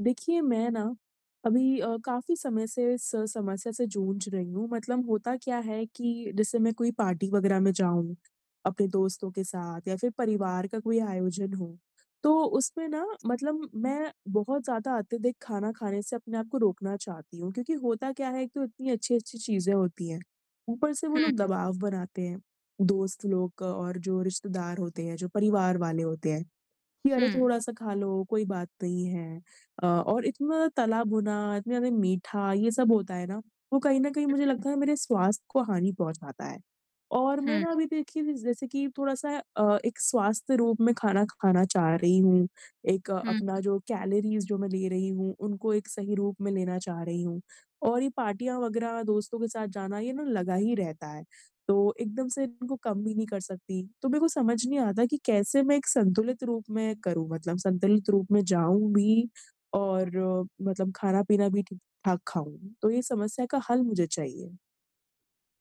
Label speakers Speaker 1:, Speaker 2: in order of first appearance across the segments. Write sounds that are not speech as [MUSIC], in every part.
Speaker 1: देखिए, मैं ना अभी काफ़ी समय से इस समस्या से जूझ रही हूँ। मतलब होता क्या है कि जैसे मैं कोई पार्टी वगैरह में जाऊँ, अपने दोस्तों के साथ या फिर परिवार का कोई आयोजन हो, तो उसमें ना मतलब मैं बहुत ज़्यादा अत्यधिक खाना खाने से अपने आप को रोकना चाहती हूँ। क्योंकि होता क्या है, एक तो इतनी अच्छी-अच्छी चीज़ें होती हैं, ऊपर से वो
Speaker 2: हुँ,
Speaker 1: लोग दबाव बनाते हैं, दोस्त लोग और जो रिश्तेदार होते हैं, जो परिवार वाले होते हैं। कि
Speaker 2: हुँ,
Speaker 1: अरे थोड़ा-सा खा लो, कोई बात नहीं है। और इतना ज़्यादा तला भुना, इतना ज़्यादा मीठा ये सब होता है ना, वो कहीं न कहीं मुझे लगता है मेरे स्वास्थ्य को हानि पहुँचाता है। और मैं
Speaker 2: हुँ,
Speaker 1: ना अभी देखिए ज जैसे कि थोड़ा-सा एक स्वास्थ्य रूप में खाना खाना चाह रही हूँ। एक
Speaker 2: हुँ,
Speaker 1: अपना जो कैलोरीज़ जो मैं ले रही हूँ, उनको एक सही रूप में लेना चाह रही हूँ। और ये पार्टियाँ वगैरह दोस्तों के साथ जाना ये ना लगा ही रहता है। तो एकदम से इनको कम भी नहीं कर सकती। तो मेरे को समझ नहीं आता कि कैसे मैं एक संतुलित रूप में करूँ मतलब संतुलित रूप में जाऊँ भी और मतलब खाना-पीना भी ठीक-ठाक खाऊँ। तो ये समस्या का हल मुझे चाहिए।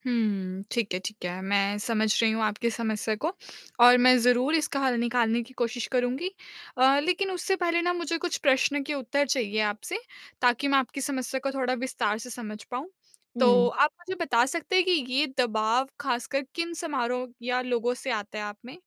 Speaker 2: हुँ। ठीक है, ठीक है। मैं समझ रही हूँ आपकी समस्या को और मैं ज़रूर इसका हल निकालने की कोशिश करूँगी। लेकिन उससे पहले ना मुझे कुछ प्रश्न के उत्तर चाहिए आपसे ताकि मैं आपकी समस्या को थोड़ा विस्तार से समझ पाऊँ। तो
Speaker 1: हुँ।
Speaker 2: आप मुझे बता सकते हैं कि ये दबाव ख़ासकर किन समारोह या लोगों से आता है आप में?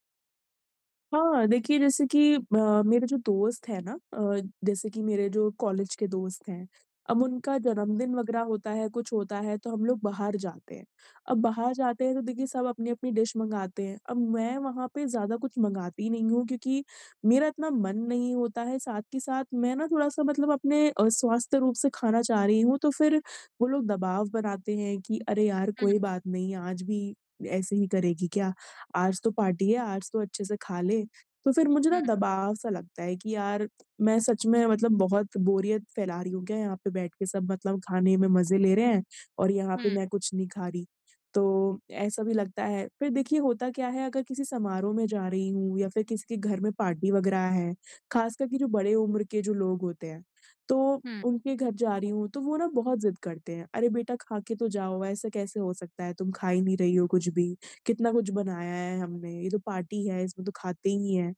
Speaker 1: हाँ, देखिए जैसे कि मेरे जो दोस्त हैं ना जैसे कि मेरे जो कॉलेज के दोस्त हैं, अब उनका जन्मदिन वग़ैरह होता है, कुछ होता है तो हम लोग बाहर जाते हैं। अब बाहर जाते हैं तो देखिए सब अपनी-अपनी डिश मँगाते हैं। अब मैं वहाँ पे ज़्यादा कुछ मँगाती नहीं हूँ क्योंकि मेरा इतना मन नहीं होता है, साथ के साथ मैं ना थोड़ा-सा मतलब अपने स्वास्थ्य रूप से खाना चाह रही हूँ, तो फिर वो लोग दबाव बनाते हैं कि अरे यार!
Speaker 2: हुँ,
Speaker 1: कोई बात नहीं, आज भी ऐसे ही करेगी क्या? आज तो पार्टी है, आज तो अच्छे से खा लें। तो फिर मुझे ना
Speaker 2: हुँ,
Speaker 1: दबाव सा लगता है कि यार मैं सच में मतलब बहुत बोरियत फैला रही हूँ क्या यहाँ पे बैठ के सब मतलब खाने में मज़े ले रहे हैं और यहाँ पे
Speaker 2: हुँ,
Speaker 1: मैं कुछ नहीं खा रही। तो ऐसा भी लगता है। फिर देखिए होता क्या है अगर किसी समारोह में जा रही हूँ या फिर किसी के घर में पार्टी वगैरह है, ख़ासकर कि जो बड़े उम्र के जो लोग होते हैं, तो
Speaker 2: हुँ,
Speaker 1: उनके घर जा रही हूँ तो वो ना बहुत ज़िद करते हैं। "अरे बेटा खा के तो जाओ, ऐसा कैसे हो सकता है? तुम खा ही नहीं रही हो कुछ भी।" कितना कुछ बनाया है हमने, ये तो पार्टी है, इसमें तो खाते ही हैं।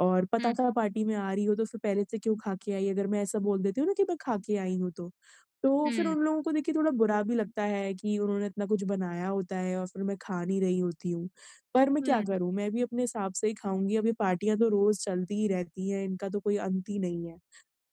Speaker 1: और पता
Speaker 2: हुँ,
Speaker 1: था पार्टी में आ रही हो तो फिर पहले से क्यों खा के आई, अगर मैं ऐसा बोल देती हूँ ना कि मैं खा के आई हूँ तो। तो फिर
Speaker 2: हुँ,
Speaker 1: उन लोगों को देखिए थोड़ा बुरा भी लगता है कि उन्होंने इतना कुछ बनाया होता है और फिर मैं खा नहीं रही होती हूँ। पर मैं क्या
Speaker 2: हुँ,
Speaker 1: करूँ, मैं भी अपने हिसाब से ही खाऊँगी, अब ये पार्टियाँ तो रोज़ चलती ही रहती हैं, इनका तो कोई अंत ही नहीं है।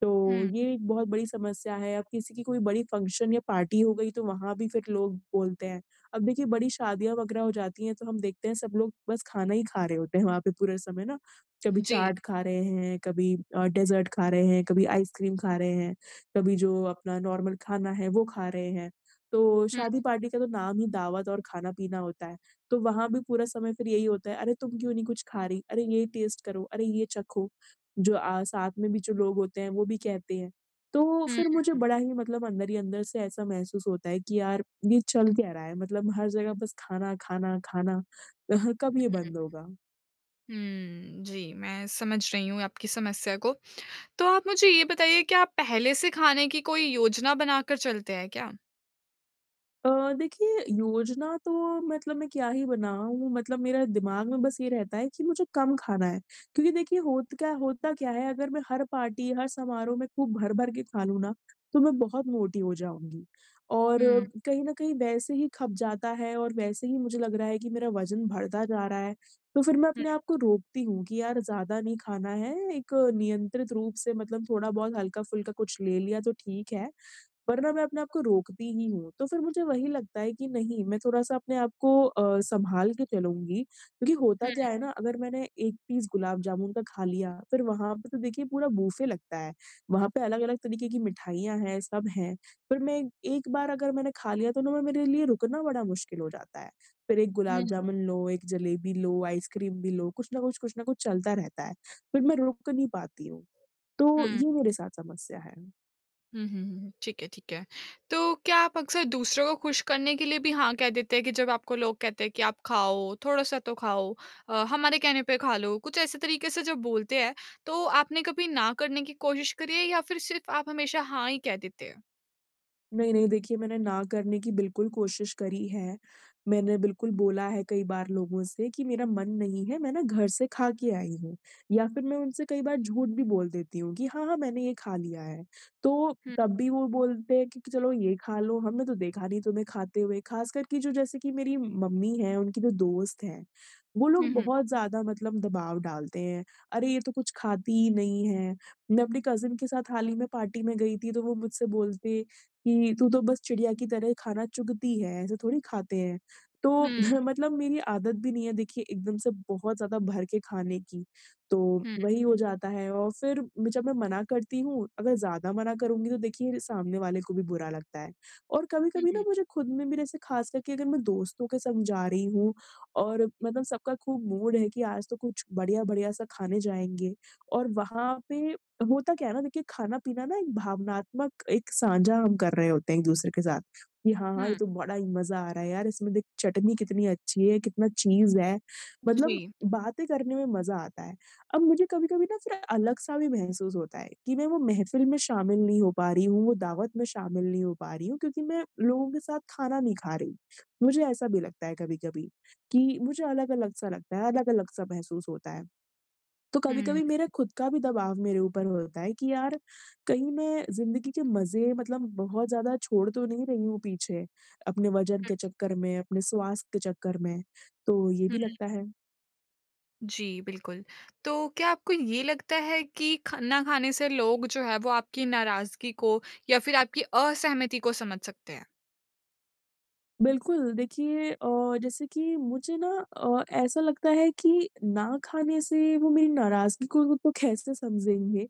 Speaker 1: तो
Speaker 2: हुँ।
Speaker 1: ये एक बहुत बड़ी समस्या है, अब किसी की कोई बड़ी फंक्शन या पार्टी हो गई तो वहाँ भी फिर लोग बोलते हैं। अब देखिए बड़ी शादियाँ वगैरह हो जाती हैं तो हम देखते हैं सब लोग बस खाना ही खा रहे होते हैं वहाँ पे पूरे समय ना। कभी
Speaker 2: जी।
Speaker 1: चाट खा रहे हैं, कभी डेज़र्ट खा रहे हैं, कभी आइसक्रीम खा रहे हैं, कभी जो अपना नॉर्मल खाना है वो खा रहे हैं। तो
Speaker 2: हुँ,
Speaker 1: शादी पार्टी का तो नाम ही दावत और खाना-पीना होता है। तो वहाँ भी पूरा समय फिर यही होता है, "अरे तुम क्यों नहीं कुछ खा रही? अरे ये टेस्ट करो, अरे ये चखो।" जो साथ में भी जो लोग होते हैं वो भी कहते हैं। तो
Speaker 2: हुँ,
Speaker 1: फिर मुझे बड़ा ही मतलब अंदर ही अंदर से ऐसा महसूस होता है कि यार ये चल क्या रहा है? मतलब हर जगह बस खाना, खाना, खाना, [LAUGHS] कब ये बंद होगा?
Speaker 2: हुँ। जी, मैं समझ रही हूँ आपकी समस्या को। तो आप मुझे ये बताइए कि आप पहले से खाने की कोई योजना बनाकर चलते हैं क्या?
Speaker 1: देखिए योजना तो मतलब मैं क्या ही बनाऊँ मतलब मेरा दिमाग में बस ये रहता है कि मुझे कम खाना है। क्योंकि देखिए होता क्या है अगर मैं हर पार्टी, हर समारोह में खूब भर-भर के खा लूँ ना, तो मैं बहुत मोटी हो जाऊँगी। और
Speaker 2: हुँ,
Speaker 1: कहीं न कहीं वैसे ही खप जाता है और वैसे ही मुझे लग रहा है कि मेरा वज़न बढ़ता जा रहा है। तो फिर मैं
Speaker 2: हुँ,
Speaker 1: अपने आप को रोकती हूँ कि यार ज़्यादा नहीं खाना है, एक नियंत्रित रूप से मतलब थोड़ा-बहुत हल्का-फुल्का कुछ ले लिया तो ठीक है। वरना मैं अपने आप को रोकती ही हूँ। तो फिर मुझे वही लगता है कि नहीं, मैं थोड़ा-सा अपने आप को सँभाल के चलूँगी क्योंकि होता
Speaker 2: हुँ,
Speaker 1: क्या है ना, अगर मैंने एक पीस गुलाब जामुन का खा लिया, फिर वहाँ पे तो देखिए पूरा बूफे लगता है। वहाँ पे अलग-अलग तरीके की मिठाइयाँ हैं, सब हैं। फिर मैं एक एक बार अगर मैंने खा लिया तो ना मैं मेरे लिए रुकना बड़ा मुश्किल हो जाता है। फिर एक
Speaker 2: हुँ,
Speaker 1: गुलाब
Speaker 2: हुँ।
Speaker 1: जामुन लो, एक जलेबी लो, आइसक्रीम भी लो, कुछ ना कुछ चलता रहता है। फिर मैं रुक नहीं पाती हूँ। तो
Speaker 2: हुँ,
Speaker 1: ये मेरे साथ समस्या है।
Speaker 2: हुँ, हुँ। ठीक है, ठीक है। तो क्या आप अक्सर दूसरों को खुश करने के लिए भी हाँ कह देते हैं कि जब आपको लोग कहते हैं कि आप खाओ, थोड़ा-सा तो खाओ, हमारे कहने पे खा लो, कुछ ऐसे तरीके से जब बोलते हैं, तो आपने कभी ना करने की कोशिश करी है या फिर सिर्फ़ आप हमेशा हाँ ही कह देते हैं?
Speaker 1: नहीं, नहीं, देखिए मैंने ना करने की बिल्कुल कोशिश करी है। मैंने बिल्कुल बोला है कई बार लोगों से कि मेरा मन नहीं है, मैं ना घर से खा के आई हूँ या फिर मैं उनसे कई बार झूठ भी बोल देती हूँ कि हाँ, हाँ, मैंने ये खा लिया है। तो
Speaker 2: हुँ,
Speaker 1: तब भी वो बोलते हैं कि चलो ये खा लो, हमने तो देखा नहीं तुम्हें खाते हुए। ख़ासकर कि जो जैसे कि मेरी मम्मी हैं, उनकी जो दोस्त हैं, वो
Speaker 2: हुँ,
Speaker 1: लोग
Speaker 2: हुँ।
Speaker 1: बहुत ज़्यादा मतलब दबाव डालते हैं। अरे, ये तो कुछ खाती ही नहीं है। मैं अपनी कज़िन के साथ हाल ही में पार्टी में गई थी, तो वो मुझसे बोलते कि तू तो बस चिड़िया की तरह खाना चुगती है, ऐसे थोड़ी खाते हैं। तो
Speaker 2: हुँ,
Speaker 1: [LAUGHS] मतलब मेरी आदत भी नहीं है देखिए एकदम से बहुत ज़्यादा भर के खाने की, तो
Speaker 2: हुँ,
Speaker 1: वही हो जाता है और फिर मैं जब मैं मना करती हूँ, अगर ज़्यादा मना करूँगी तो देखिए सामने वाले को भी बुरा लगता है। और
Speaker 2: हुँ,
Speaker 1: कभी-कभी ना
Speaker 2: हुँ,
Speaker 1: मुझे खुद में भी जैसे खास करके अगर मैं दोस्तों के संग जा रही हूँ और मतलब सबका खूब मूड है कि आज तो कुछ बढ़िया-बढ़िया सा खाने जाएँगे और वहाँ पे होता क्या है ना देखिए खाना-पीना ना एक भावनात्मक एक साझा हम कर रहे होते हैं एक-दूसरे के साथ, कि हाँ, हाँ, ये
Speaker 2: हुँ।
Speaker 1: तो बड़ा ही मज़ा आ रहा है यार, इसमें देख चटनी कितनी अच्छी है, कितना चीज़ है, मतलब
Speaker 2: जी।
Speaker 1: बातें करने में मज़ा आता है। अब मुझे कभी-कभी ना फिर अलग-सा भी महसूस होता है कि मैं वो महफ़िल में शामिल नहीं हो पा रही हूँ, वो दावत में शामिल नहीं हो पा रही हूँ क्योंकि मैं लोगों के साथ खाना नहीं खा रही। मुझे ऐसा भी लगता है कभी-कभी कि मुझे अलग-अलग सा लगता है, अलग-अलग सा महसूस होता है। तो कभी-कभी
Speaker 2: हुँ,
Speaker 1: मेरा खुद का भी दबाव मेरे ऊपर होता है कि यार, कहीं मैं ज़िंदगी के मज़े मतलब बहुत ज़्यादा छोड़ तो नहीं रही हूँ पीछे, अपने वज़न के चक्कर में, अपने स्वास्थ्य के चक्कर में। तो ये
Speaker 2: हुँ।
Speaker 1: भी लगता है।
Speaker 2: जी, बिल्कुल। तो क्या आपको ये लगता है कि खाना खाने से लोग जो है वो आपकी नाराज़गी को या फिर आपकी असहमति को समझ सकते हैं?
Speaker 1: बिल्कुल, देखिए जैसे कि मुझे ना ऐसा लगता है कि ना खाने से वो मेरी नाराज़गी को वो तो कैसे समझेंगे?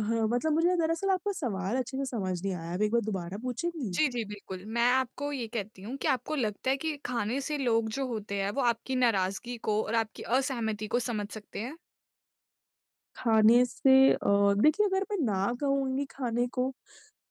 Speaker 1: हाँ, मतलब मुझे दरअसल आपका सवाल अच्छे से समझ नहीं आया। आप एक बार दोबारा पूछेंगी?
Speaker 2: जी, जी, बिल्कुल। मैं आपको ये कहती हूँ कि आपको लगता है कि खाने से लोग जो होते हैं वो आपकी नाराज़गी को और आपकी असहमति को समझ सकते हैं?
Speaker 1: खाने से देखिए अगर मैं ना कहूँगी खाने को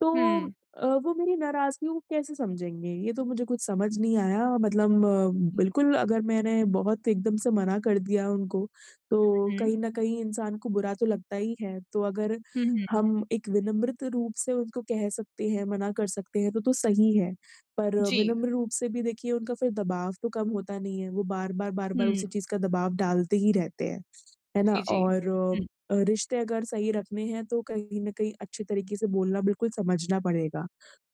Speaker 1: तो
Speaker 2: हुँ।
Speaker 1: वो मेरी नाराज़गी को कैसे समझेंगे? ये तो मुझे कुछ समझ नहीं आया मतलब बिल्कुल अगर मैंने बहुत एकदम से मना कर दिया उनको, तो
Speaker 2: हुँ,
Speaker 1: कहीं न कहीं इंसान को बुरा तो लगता ही है। तो अगर
Speaker 2: हुँ, हुँ।
Speaker 1: हम एक विनम्रित रूप से उनको कह सकते हैं, मना कर सकते हैं, तो सही है। पर
Speaker 2: जी।
Speaker 1: विनम्र रूप से भी देखिए उनका फिर दबाव तो कम होता नहीं है, वो बार-बार, बार-बार
Speaker 2: हुँ।
Speaker 1: उसी चीज़ का दबाव डालते ही रहते हैं। है ना?
Speaker 2: जी, जी।
Speaker 1: और
Speaker 2: हुँ।
Speaker 1: रिश्ते अगर सही रखने हैं तो कहीं न कहीं अच्छे तरीके से बोलना बिल्कुल समझना पड़ेगा।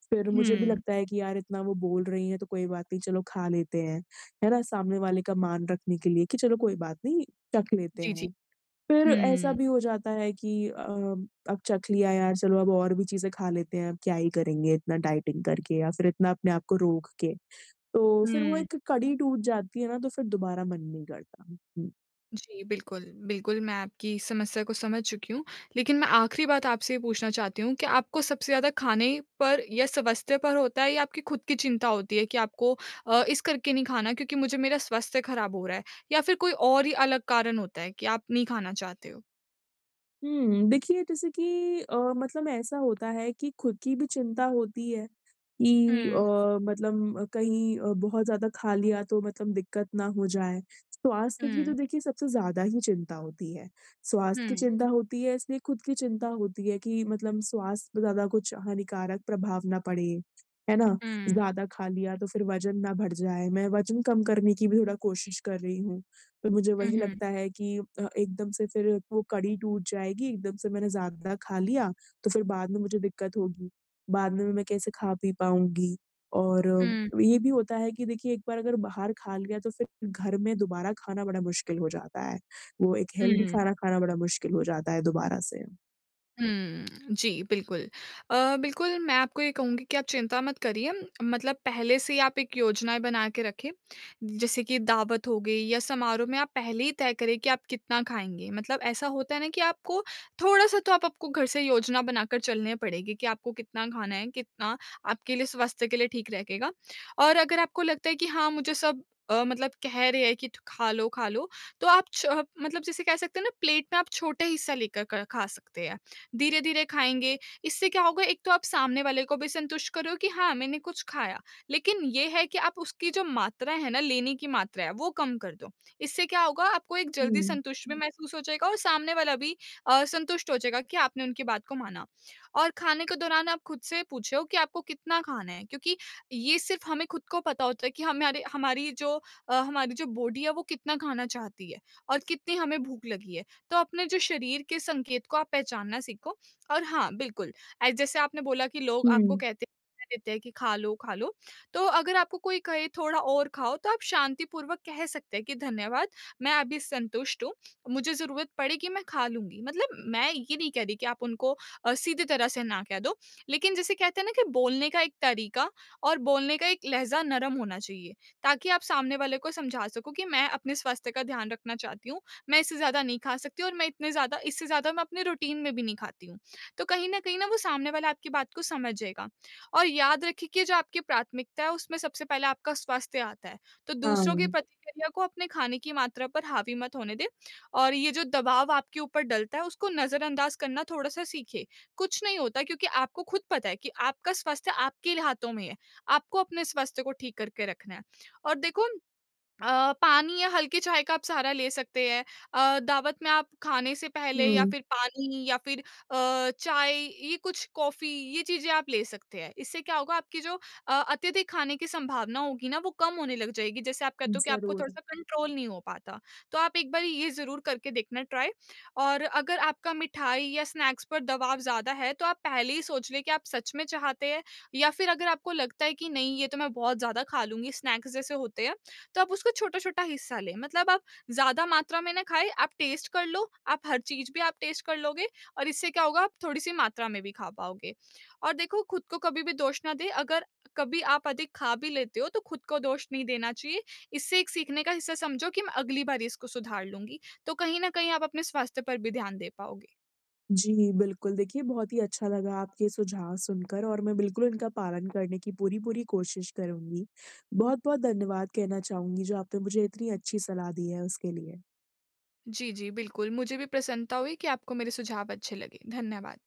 Speaker 1: फिर मुझे भी
Speaker 2: हुँ।
Speaker 1: लगता है कि यार इतना वो बोल रही हैं तो कोई बात नहीं चलो खा लेते हैं, है ना? सामने वाले का मान रखने के लिए कि चलो कोई बात नहीं चख लेते
Speaker 2: जी, जी।
Speaker 1: हैं। फिर ऐसा
Speaker 2: हुँ।
Speaker 1: भी हो जाता है कि अब चख लिया यार चलो अब और भी चीज़ें खा लेते हैं, अब क्या ही करेंगे इतना डाइटिंग करके या फिर इतना अपने आप को रोक के। तो फिर वो
Speaker 2: हुँ।
Speaker 1: एक कड़ी टूट जाती है ना तो फिर दोबारा मन नहीं करता। हुँ।
Speaker 2: जी, बिल्कुल, बिल्कुल, मैं आपकी समस्या को समझ चुकी हूँ। लेकिन मैं आखिरी बात आपसे ये पूछना चाहती हूँ कि आपको सबसे ज़्यादा खाने पर या स्वास्थ्य पर होता है या आपकी खुद की चिंता होती है कि आपको इस करके नहीं खाना क्योंकि मुझे मेरा स्वास्थ्य खराब हो रहा है? या फिर कोई और ही अलग कारण होता है कि आप नहीं खाना चाहते हो?
Speaker 1: हुँ, देखिए जैसे कि मतलब ऐसा होता है कि खुद की भी चिंता होती है कि
Speaker 2: हुँ,
Speaker 1: मतलब कहीं बहुत ज़्यादा खा लिया तो मतलब दिक्कत ना हो जाए। स्वास्थ्य की
Speaker 2: हुँ,
Speaker 1: तो देखिए सबसे ज़्यादा ही चिंता होती है। स्वास्थ्य की
Speaker 2: हुँ,
Speaker 1: चिंता होती है इसलिए खुद की चिंता होती है कि मतलब स्वास्थ्य पे ज़्यादा कुछ हानिकारक प्रभाव ना पड़े, है ना?
Speaker 2: हुँ,
Speaker 1: ज़्यादा खा लिया तो फिर वज़न ना बढ़ जाए। मैं वज़न कम करने की भी थोड़ा कोशिश कर रही हूँ। तो मुझे वही
Speaker 2: हुँ,
Speaker 1: लगता है कि एकदम से फिर वो कड़ी टूट जाएगी, एकदम से मैंने ज़्यादा खा लिया, तो फिर बाद में मुझे दिक्कत होगी। बाद में मैं कैसे खा-पी पाऊँगी? और
Speaker 2: हुँ,
Speaker 1: ये भी होता है कि देखिए एक बार अगर बाहर खा लिया तो फिर घर में दोबारा खाना बड़ा मुश्किल हो जाता है। वो एक हेल्दी
Speaker 2: हुँ।
Speaker 1: खाना खाना बड़ा मुश्किल हो जाता है दोबारा से।
Speaker 2: हुँ, जी, बिल्कुल। अ, बिल्कुल, मैं आपको ये कहूँगी कि आप चिंता मत करिए, मतलब पहले से ही आप एक योजनाएँ बना के रखें। जैसे कि दावत हो गई या समारोह में आप पहले ही तय करें कि आप कितना खाएँगे। मतलब ऐसा होता है ना कि आपको थोड़ा-सा तो आप आपको घर से योजना बनाकर चलनी पड़ेगी कि आपको कितना खाना है, कितना आपके लिए स्वास्थ्य के लिए ठीक रहेगा। और अगर आपको लगता है कि हाँ, मुझे सब मतलब कह रहे हैं कि ठ खा लो, तो आप छ मतलब जैसे कह सकते हैं ना प्लेट में आप छोटा हिस्सा लेकर क खा सकते हैं। धीरे-धीरे खाएँगे। इससे क्या होगा एक तो आप सामने वाले को भी संतुष्ट करो कि हाँ, मैंने कुछ खाया। लेकिन ये है कि आप उसकी जो मात्रा है ना, लेने की मात्रा है, वो कम कर दो। इससे क्या होगा आपको एक जल्दी
Speaker 1: हुँ,
Speaker 2: संतुष्ट भी हुँ। महसूस हो जाएगा और सामने वाला भी संतुष्ट हो जाएगा कि आपने उनकी बात को माना। और खाने के दौरान आप खुद से पूछो कि आपको कितना खाना है क्योंकि ये सिर्फ़ हमें खुद को पता होता है कि हमारे हमारी जो हमारी जो बॉडी है वो कितना खाना चाहती है और कितनी हमें भूख लगी है। तो अपने जो शरीर के संकेत को आप पहचानना सीखो और हाँ बिल्कुल, जैसे आपने बोला कि लोग आपको
Speaker 1: हुँ,
Speaker 2: कहते देते हैं कि खा लो खा लो, तो अगर आपको कोई कहे थोड़ा और खाओ तो आप शांतिपूर्वक कह सकते हैं कि धन्यवाद मैं अभी संतुष्ट हूँ, मुझे जरूरत पड़ेगी मैं खा लूंगी। मतलब मैं ये नहीं कह रही कि आप उनको सीधे तरह से ना कह दो, लेकिन जैसे कहते हैं ना कि बोलने का एक तरीका और बोलने का एक लहजा नरम होना चाहिए ताकि आप सामने वाले को समझा सको कि मैं अपने स्वास्थ्य का ध्यान रखना चाहती हूँ, मैं इससे ज़्यादा नहीं खा सकती और मैं इतने ज़्यादा इससे ज़्यादा मैं अपने रूटीन में भी नहीं खाती हूँ। तो कहीं न कहीं ना वो सामने वाला आपकी बात को समझ जाएगा और याद रखिए कि जो आपकी प्राथमिकता है उसमें सबसे पहले आपका स्वास्थ्य आता है। तो दूसरों की
Speaker 1: हाँ,
Speaker 2: प्रतिक्रिया को अपने खाने की मात्रा पर हावी मत होने दें और ये जो दबाव आपके ऊपर डलता है उसको नज़रअंदाज करना थोड़ा-सा सीखिए। कुछ नहीं होता क्योंकि आपको खुद पता है कि आपका स्वास्थ्य आपके हाथों में है। आपको अपने स्वास्थ्य को ठीक करके रखना है। और देखो, पानी या हल्के चाय का आप सहारा ले सकते हैं। दावत में आप खाने से पहले या
Speaker 1: हुँ,
Speaker 2: फिर पानी या फिर चाय ये कुछ कॉफ़ी ये चीज़ें आप ले सकते हैं। इससे क्या होगा आपकी जो अत्यधिक खाने की संभावना होगी ना वो कम होने लग जाएगी। जैसे आप कहते हो कि आपको
Speaker 1: ज़रूर।
Speaker 2: थोड़ा-सा कंट्रोल नहीं हो पाता। तो आप एक बारी ये ज़रूर करके देखना ट्राई। और अगर आपका मिठाई या स्नैक्स पर दबाव ज़्यादा है तो आप पहले ही सोच लें कि आप सच में चाहते हैं या फिर अगर आपको लगता है कि नहीं ये तो मैं बहुत ज़्यादा खा लूँगी स्नैक्स जैसे होते हैं। तो आप उसका छोटा-छोटा हिस्सा लें। मतलब आप ज़्यादा मात्रा में ना खाएँ, आप टेस्ट कर लो, आप हर चीज़ भी आप टेस्ट कर लोगे और इससे क्या होगा आप थोड़ी-सी मात्रा में भी खा पाओगे। और देखो खुद को कभी भी दोष ना दें, अगर कभी आप अधिक खा भी लेते हो तो खुद को दोष नहीं देना चाहिए। इससे एक सीखने का हिस्सा समझो कि मैं अगली बार इसको सुधार लूँगी। तो कहीं न कहीं आप अपने स्वास्थ्य पर भी ध्यान दे पाओगे।
Speaker 1: जी, बिल्कुल। देखिए, बहुत ही अच्छा लगा आपके सुझाव सुनकर और मैं बिल्कुल इनका पालन करने की पूरी-पूरी कोशिश करूँगी। बहुत-बहुत धन्यवाद कहना चाहूँगी, जो आपने मुझे इतनी अच्छी सलाह दी है उसके लिए।
Speaker 2: जी, जी, बिल्कुल। मुझे भी प्रसन्नता हुई कि आपको मेरे सुझाव अच्छे लगे। धन्यवाद।